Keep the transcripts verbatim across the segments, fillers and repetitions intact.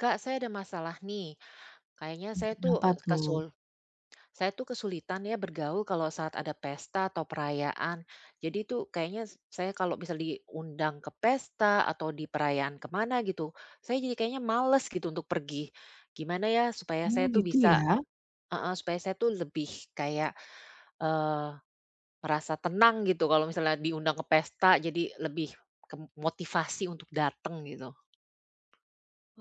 Kak, saya ada masalah nih. Kayaknya saya tuh Kenapa tuh? kesul saya tuh kesulitan ya bergaul kalau saat ada pesta atau perayaan. Jadi tuh kayaknya s- saya kalau bisa diundang ke pesta atau di perayaan kemana gitu, saya jadi kayaknya males gitu untuk pergi. Gimana ya supaya Oh, saya tuh gitu bisa, ya? heeh, supaya saya tuh lebih kayak eh merasa tenang gitu kalau misalnya diundang ke pesta, jadi lebih ke motivasi untuk datang gitu.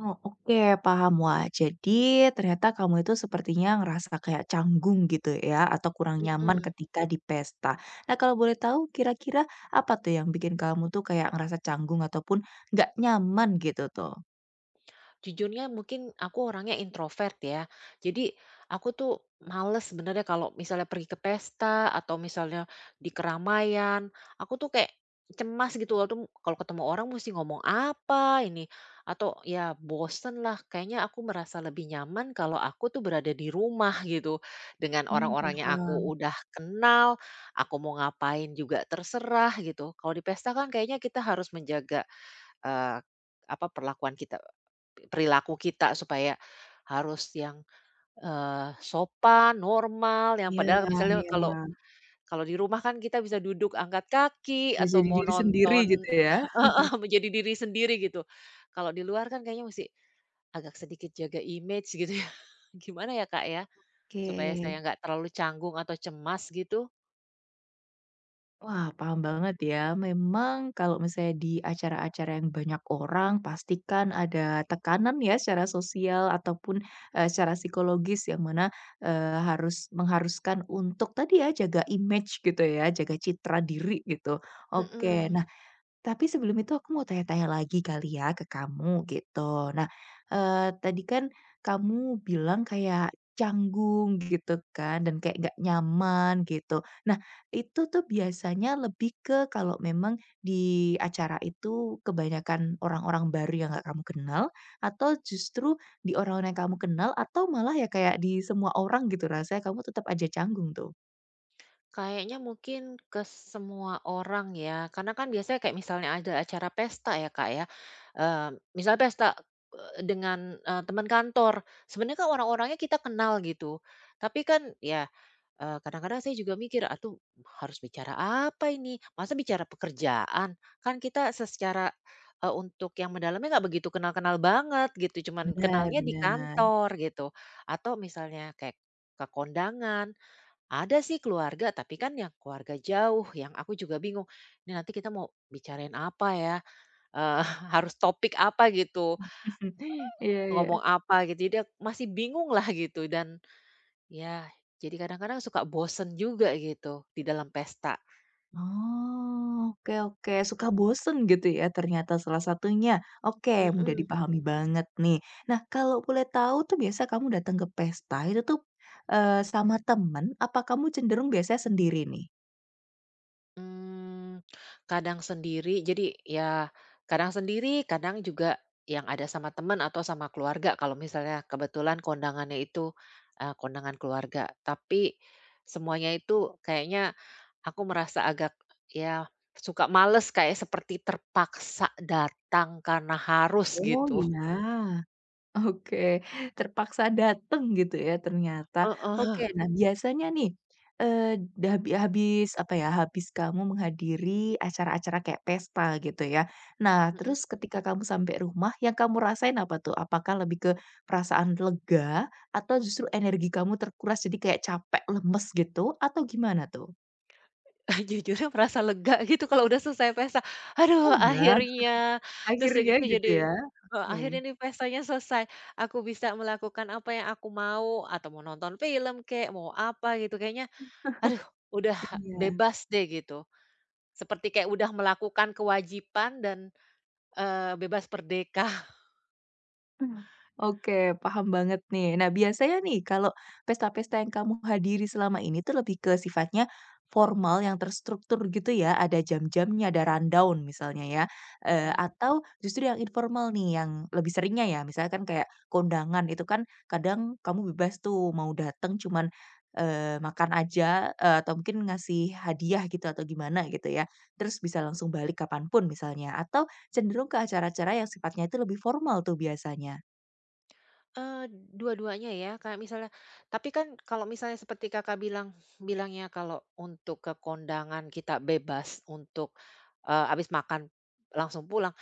Oh, oke, paham. Wah, jadi ternyata kamu itu sepertinya ngerasa kayak canggung gitu ya, atau kurang nyaman Mm-mm. ketika di pesta. Nah, kalau boleh tahu kira-kira apa tuh yang bikin kamu tuh kayak ngerasa canggung ataupun nggak nyaman gitu tuh? Jujurnya mungkin aku orangnya introvert ya. Jadi aku tuh males sebenarnya kalau misalnya pergi ke pesta atau misalnya di keramaian, aku tuh kayak cemas gitu waktu kalau ketemu orang mesti ngomong apa ini atau ya bosen lah kayaknya aku merasa lebih nyaman kalau aku tuh berada di rumah gitu dengan Mmm, orang-orang yang aku paham. udah kenal. Aku mau ngapain juga terserah gitu. Kalau di pesta kan kayaknya kita harus menjaga eh, apa perlakuan kita perilaku kita, supaya harus yang, eee, sopan, normal, yang Iya padahal misalnya kalau iya. kalau di rumah kan kita bisa duduk angkat kaki Bisa atau jadi mau diri sendiri nonton. gitu ya? Heeh, menjadi diri sendiri gitu. Kalau di luar kan kayaknya mesti agak sedikit jaga image gitu ya. Gimana ya, Kak, ya, supaya Oke. saya nggak terlalu canggung atau cemas gitu? Wah, paham banget ya. Memang kalau misalnya di acara-acara yang banyak orang, pastikan ada tekanan ya secara sosial ataupun, eee, secara psikologis yang mana, eee, harus mengharuskan untuk tadi ya, jaga image gitu ya, jaga citra diri gitu. Oke, Mhm. nah tapi sebelum itu aku mau tanya-tanya lagi kali ya ke kamu gitu. Nah, eee, tadi kan kamu bilang kayak canggung gitu kan dan kayak nggak nyaman gitu. Nah, itu tuh biasanya lebih ke kalau memang di acara itu kebanyakan orang-orang baru yang nggak kamu kenal atau justru di orang-orang yang kamu kenal atau malah ya kayak di semua orang gitu rasanya kamu tetap aja canggung tuh? Kayaknya mungkin ke semua orang ya, karena kan biasanya kayak misalnya ada acara pesta ya Kak ya, eee, misalnya pesta, eee, dengan, eee, teman kantor, sebenarnya kan orang-orangnya kita kenal gitu, tapi kan ya, eee, kadang-kadang saya juga mikir, "Aduh, harus bicara apa ini? Masa bicara pekerjaan?" Kan kita secara, eee, untuk yang mendalamnya nggak begitu kenal-kenal banget gitu, cuman Benar kenalnya di benar. kantor gitu, atau misalnya kayak ke kondangan, ada sih keluarga, tapi kan yang keluarga jauh, yang aku juga bingung, "Ini nanti kita mau bicarain apa ya? Eee, harus topik apa gitu? Iya iya. Ngomong apa?" Gitu. Jadi ak masih bingung lah gitu dan ya jadi kadang-kadang suka bosen juga gitu di dalam pesta. Oh, oke oke, suka bosen gitu ya ternyata salah satunya. Oke, mudah Mhm. dipahami banget nih. Nah, kalau boleh tahu tuh biasa kamu datang ke pesta itu tuh, eee, sama temen, apa kamu cenderung biasanya sendiri nih? Mmm, kadang sendiri, jadi ya kadang sendiri, kadang juga yang ada sama teman atau sama keluarga kalau misalnya kebetulan kondangannya itu, eee, kondangan keluarga. Tapi semuanya itu kayaknya aku merasa agak ya suka males, kayak seperti terpaksa datang karena harus Oh, gitu. iya. Oke, terpaksa dateng gitu ya ternyata. Oke, Heeh, nah biasanya nih, eee, dabi habis apa ya, habis kamu menghadiri acara-acara kayak pesta gitu ya. Nah, mhm. terus ketika kamu sampai rumah yang kamu rasain apa tuh? Apakah lebih ke perasaan lega atau justru energi kamu terkuras jadi kayak capek, lemes gitu atau gimana tuh? Jujurnya merasa lega gitu kalau udah selesai pesta, "Aduh, Oh ya? akhirnya," terus udah Akhirnya gitu gitu jadi ya? heeh, Oke, akhirnya nih pestanya selesai, aku bisa melakukan apa yang aku mau, atau mau nonton film kek, mau apa gitu, kayaknya aduh udah iya. bebas deh gitu, seperti kayak udah melakukan kewajiban dan, eee, bebas merdeka, Mmm, oke, paham banget nih. Nah, biasanya nih kalau pesta-pesta yang kamu hadiri selama ini tuh lebih ke sifatnya formal yang terstruktur gitu ya, ada jam-jamnya, ada rundown misalnya ya, eee, mhm. atau justru yang informal nih yang lebih seringnya ya, misalnya kan kayak kondangan itu kan kadang kamu bebas tuh mau datang, cuman, eee, makan aja, eee, atau mungkin ngasih hadiah gitu atau gimana gitu ya, terus bisa langsung balik kapanpun misalnya, atau cenderung ke acara-acara yang sifatnya itu lebih formal tuh biasanya. Eee, dua-duanya ya, kayak misalnya tapi kan kalau misalnya seperti Kakak bilang bilangnya kalau untuk ke kondangan kita bebas untuk, eee, habis makan langsung pulang,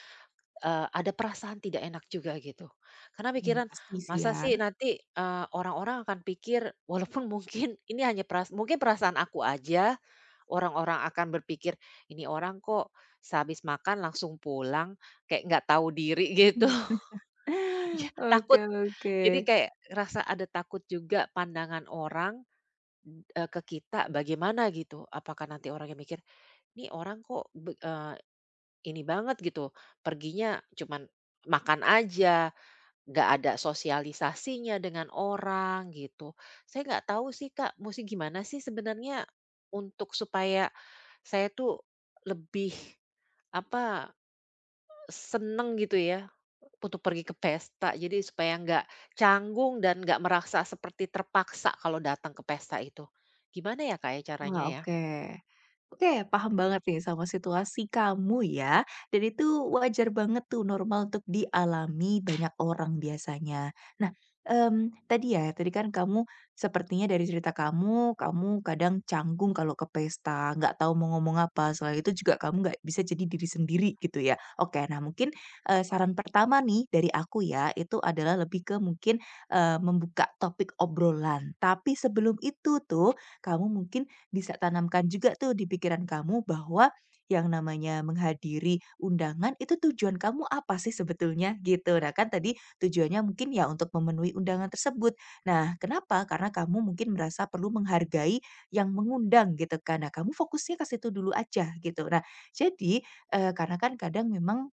eee, ada perasaan tidak enak juga gitu. Karena Mmm, pikiran, pasti sih ya. masa sih nanti, eee, orang-orang akan pikir walaupun mungkin ini hanya peras mungkin perasaan aku aja, orang-orang akan berpikir, "Ini orang kok sehabis makan langsung pulang, kayak nggak tahu diri," gitu. Mmm. Iya, Oke takut. oke. Jadi kayak rasa ada takut juga pandangan orang, eee, ke kita bagaimana gitu. Apakah nanti orangnya mikir, "Nih orang kok be eee, ini banget gitu, perginya cuman makan aja, nggak ada sosialisasinya dengan orang," gitu. Saya nggak tahu sih, Kak, musti gimana sih sebenarnya untuk supaya saya tuh lebih, apa seneng gitu ya, untuk pergi ke pesta. Jadi supaya nggak canggung dan nggak merasa seperti terpaksa kalau datang ke pesta itu. Gimana ya, Kak, ya Ah, caranya ya? oke. Oke, paham banget nih sama situasi kamu ya. Dan itu wajar banget tuh normal untuk dialami banyak orang biasanya. Nah, mmm, tadi ya, tadi kan kamu sepertinya dari cerita kamu, kamu kadang canggung kalau ke pesta, nggak tahu mau ngomong apa, selain itu juga kamu nggak bisa jadi diri sendiri gitu ya. Oke, nah mungkin, eee, saran pertama nih dari aku ya, itu adalah lebih ke mungkin, eee, membuka topik obrolan. Tapi sebelum itu tuh, kamu mungkin bisa tanamkan juga tuh di pikiran kamu bahwa yang namanya menghadiri undangan itu tujuan kamu apa sih sebetulnya gitu. Nah kan tadi tujuannya mungkin ya untuk memenuhi undangan tersebut. Nah kenapa? Karena kamu mungkin merasa perlu menghargai yang mengundang gitu kan. Nah kamu fokusnya ke situ dulu aja gitu. Nah jadi, eee, karena kan kadang memang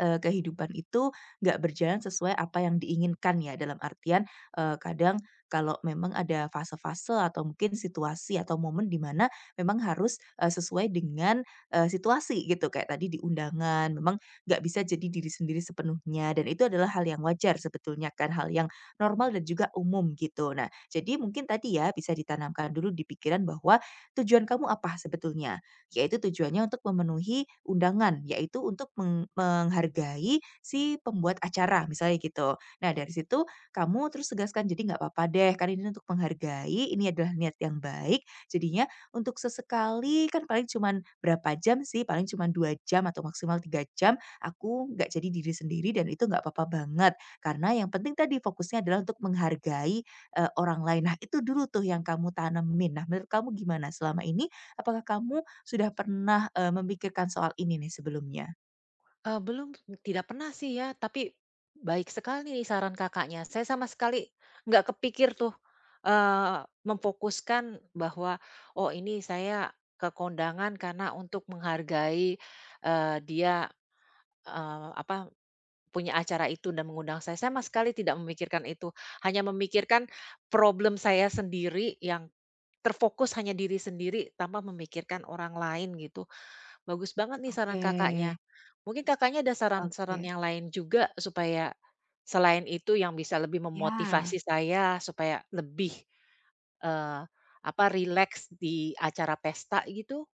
eee, kehidupan itu nggak berjalan sesuai apa yang diinginkan ya, dalam artian, eee, kadang kalau memang ada fase-fase atau mungkin situasi atau momen di mana memang harus, eee, sesuai dengan, eee, situasi gitu, kayak tadi di undangan, memang nggak bisa jadi diri sendiri sepenuhnya dan itu adalah hal yang wajar sebetulnya kan, hal yang normal dan juga umum gitu. Nah, jadi mungkin tadi ya, bisa ditanamkan dulu di pikiran bahwa tujuan kamu apa sebetulnya? Yaitu tujuannya untuk memenuhi undangan, yaitu untuk meng menghargai si pembuat acara, misalnya gitu. Nah, dari situ kamu terus tegaskan, "Jadi nggak apa-apa deh, kan ini untuk menghargai, ini adalah niat yang baik." Jadinya untuk sesekali kan paling cuman berapa jam sih, paling cuman dua jam atau maksimal tiga jam, aku nggak jadi diri sendiri dan itu nggak apa-apa banget. Karena yang penting tadi fokusnya adalah untuk menghargai, eee, orang lain. Nah, itu dulu tuh yang kamu tanemin. Nah, menurut kamu gimana selama ini? Apakah kamu sudah pernah, eee, memikirkan soal ini nih sebelumnya? Eee, belum, tidak pernah sih ya, tapi baik sekali nih saran Kakaknya. Saya sama sekali nggak kepikir tuh, eee, memfokuskan bahwa, "Oh, ini saya ke kondangan karena untuk menghargai," eee, dia, eee, apa punya acara itu dan mengundang saya. Saya sama sekali tidak memikirkan itu, hanya memikirkan problem saya sendiri yang terfokus hanya diri sendiri tanpa memikirkan orang lain gitu. Bagus banget nih Oke saran Kakaknya. Mungkin Kakaknya ada saran-saran oke, yang lain juga supaya selain itu yang bisa lebih ya. memotivasi saya supaya lebih, eee, apa, rileks di acara pesta gitu?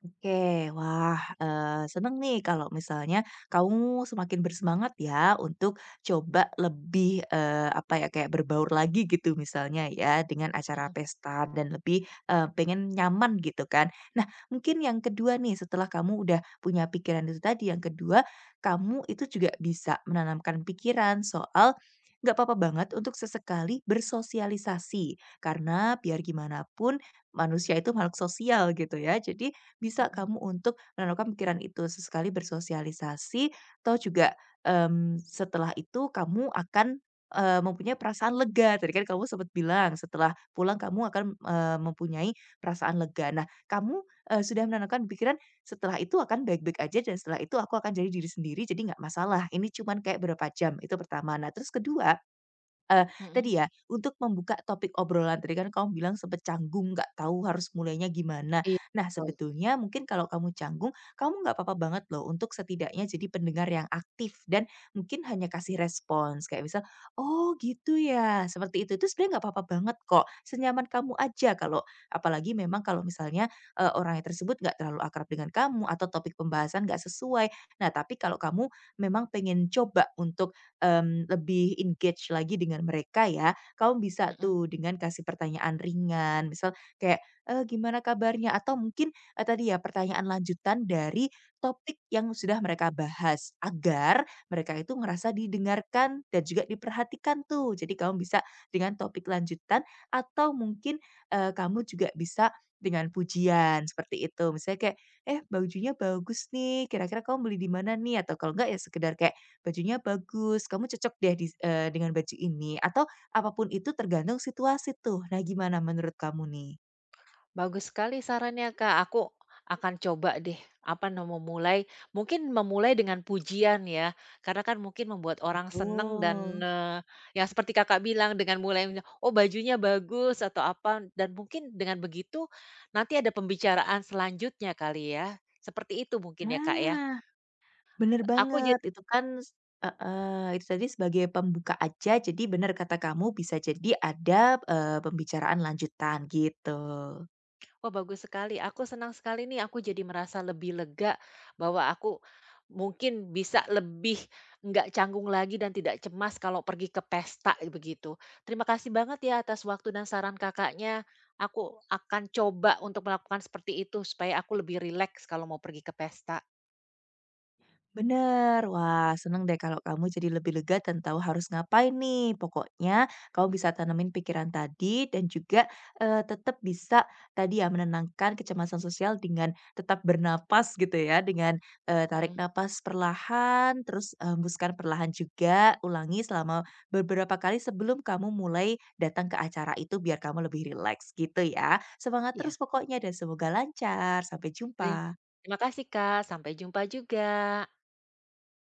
Oke, wah, eee, seneng nih kalau misalnya kamu semakin bersemangat ya untuk coba lebih, eee, apa ya, kayak berbaur lagi gitu misalnya ya dengan acara pesta dan lebih, eee, pengen nyaman gitu kan. Nah, mungkin yang kedua nih setelah kamu udah punya pikiran itu tadi, yang kedua kamu itu juga bisa menanamkan pikiran soal nggak apa-apa banget untuk sesekali bersosialisasi. Karena biar gimana pun manusia itu makhluk sosial gitu ya. Jadi bisa Mhm kamu untuk menenangkan pikiran itu sesekali bersosialisasi atau juga, mmm, setelah itu kamu akan, eee, mempunyai perasaan lega. Tadi kan kamu sempat bilang setelah pulang kamu akan, eee, mempunyai perasaan lega. Nah kamu, eee, sudah menenangkan pikiran setelah itu akan baik-baik aja dan setelah itu aku akan jadi diri sendiri jadi nggak masalah. Ini cuman kayak berapa jam, itu pertama. Nah terus kedua, Eee, tadi mhm. ya, untuk membuka topik obrolan tadi kan kamu bilang sempet canggung, nggak tahu harus mulainya gimana. Iya, Nah, betul. sebetulnya mungkin kalau kamu canggung, kamu nggak apa-apa banget loh untuk setidaknya jadi pendengar yang aktif dan mungkin hanya kasih respons, kayak misal, "Oh gitu ya," seperti itu. Itu sebenarnya nggak apa-apa banget kok, senyaman kamu aja kalau apalagi memang kalau misalnya, eee, orangnya tersebut nggak terlalu akrab dengan kamu atau topik pembahasan nggak sesuai. Nah, tapi kalau kamu memang pengen coba untuk, mmm, lebih engage lagi dengan mereka ya, kamu bisa Mhm. tuh dengan kasih pertanyaan ringan, misal kayak, eee, "Gimana kabarnya?" Atau mungkin, eee, tadi ya pertanyaan lanjutan dari topik yang sudah mereka bahas, agar mereka itu ngerasa didengarkan dan juga diperhatikan tuh. Jadi kamu bisa dengan topik lanjutan atau mungkin, eee, kamu juga bisa dengan pujian, seperti itu. Misalnya kayak, "Eh, bajunya bagus nih, kira-kira kamu beli di mana nih?" Atau kalau enggak ya sekedar kayak, "Bajunya bagus, kamu cocok deh dis eee, dengan baju ini," atau apapun itu tergantung situasi tuh. Nah, gimana menurut kamu nih? Bagus sekali sarannya, Kak. Aku akan coba deh, apa namanya, memulai mungkin memulai dengan pujian ya, karena kan mungkin membuat orang seneng dan, Betul. eee, ya seperti Kakak bilang dengan mulai, "Oh, bajunya bagus," atau apa, dan mungkin dengan begitu nanti ada pembicaraan selanjutnya kali ya, seperti itu mungkin ya, Kak, ya? Nah, bener Aku banget. Itu kan s heeh, itu tadi sebagai pembuka aja, jadi bener kata kamu bisa jadi ada, eee, pembicaraan lanjutan, gitu. Wah, bagus sekali. Aku senang sekali nih, aku jadi merasa lebih lega bahwa aku mungkin bisa lebih nggak canggung lagi dan tidak cemas kalau pergi ke pesta begitu. Terima kasih banget ya atas waktu dan saran Kakaknya. Aku akan coba untuk melakukan seperti itu supaya aku lebih rileks kalau mau pergi ke pesta. Bener. Wah, seneng deh kalau kamu jadi lebih lega dan tahu harus ngapain nih. Pokoknya kamu bisa tanemin pikiran tadi dan juga eh, tetap bisa tadi ya menenangkan kecemasan sosial dengan tetap bernapas gitu ya, dengan eh, tarik Mhm, napas perlahan, terus eh, hembuskan perlahan juga. Ulangi selama beberapa kali sebelum kamu mulai datang ke acara itu biar kamu lebih rileks gitu ya. Semangat terus iya. pokoknya dan semoga lancar. Sampai jumpa. Terima kasih Kak, sampai jumpa juga.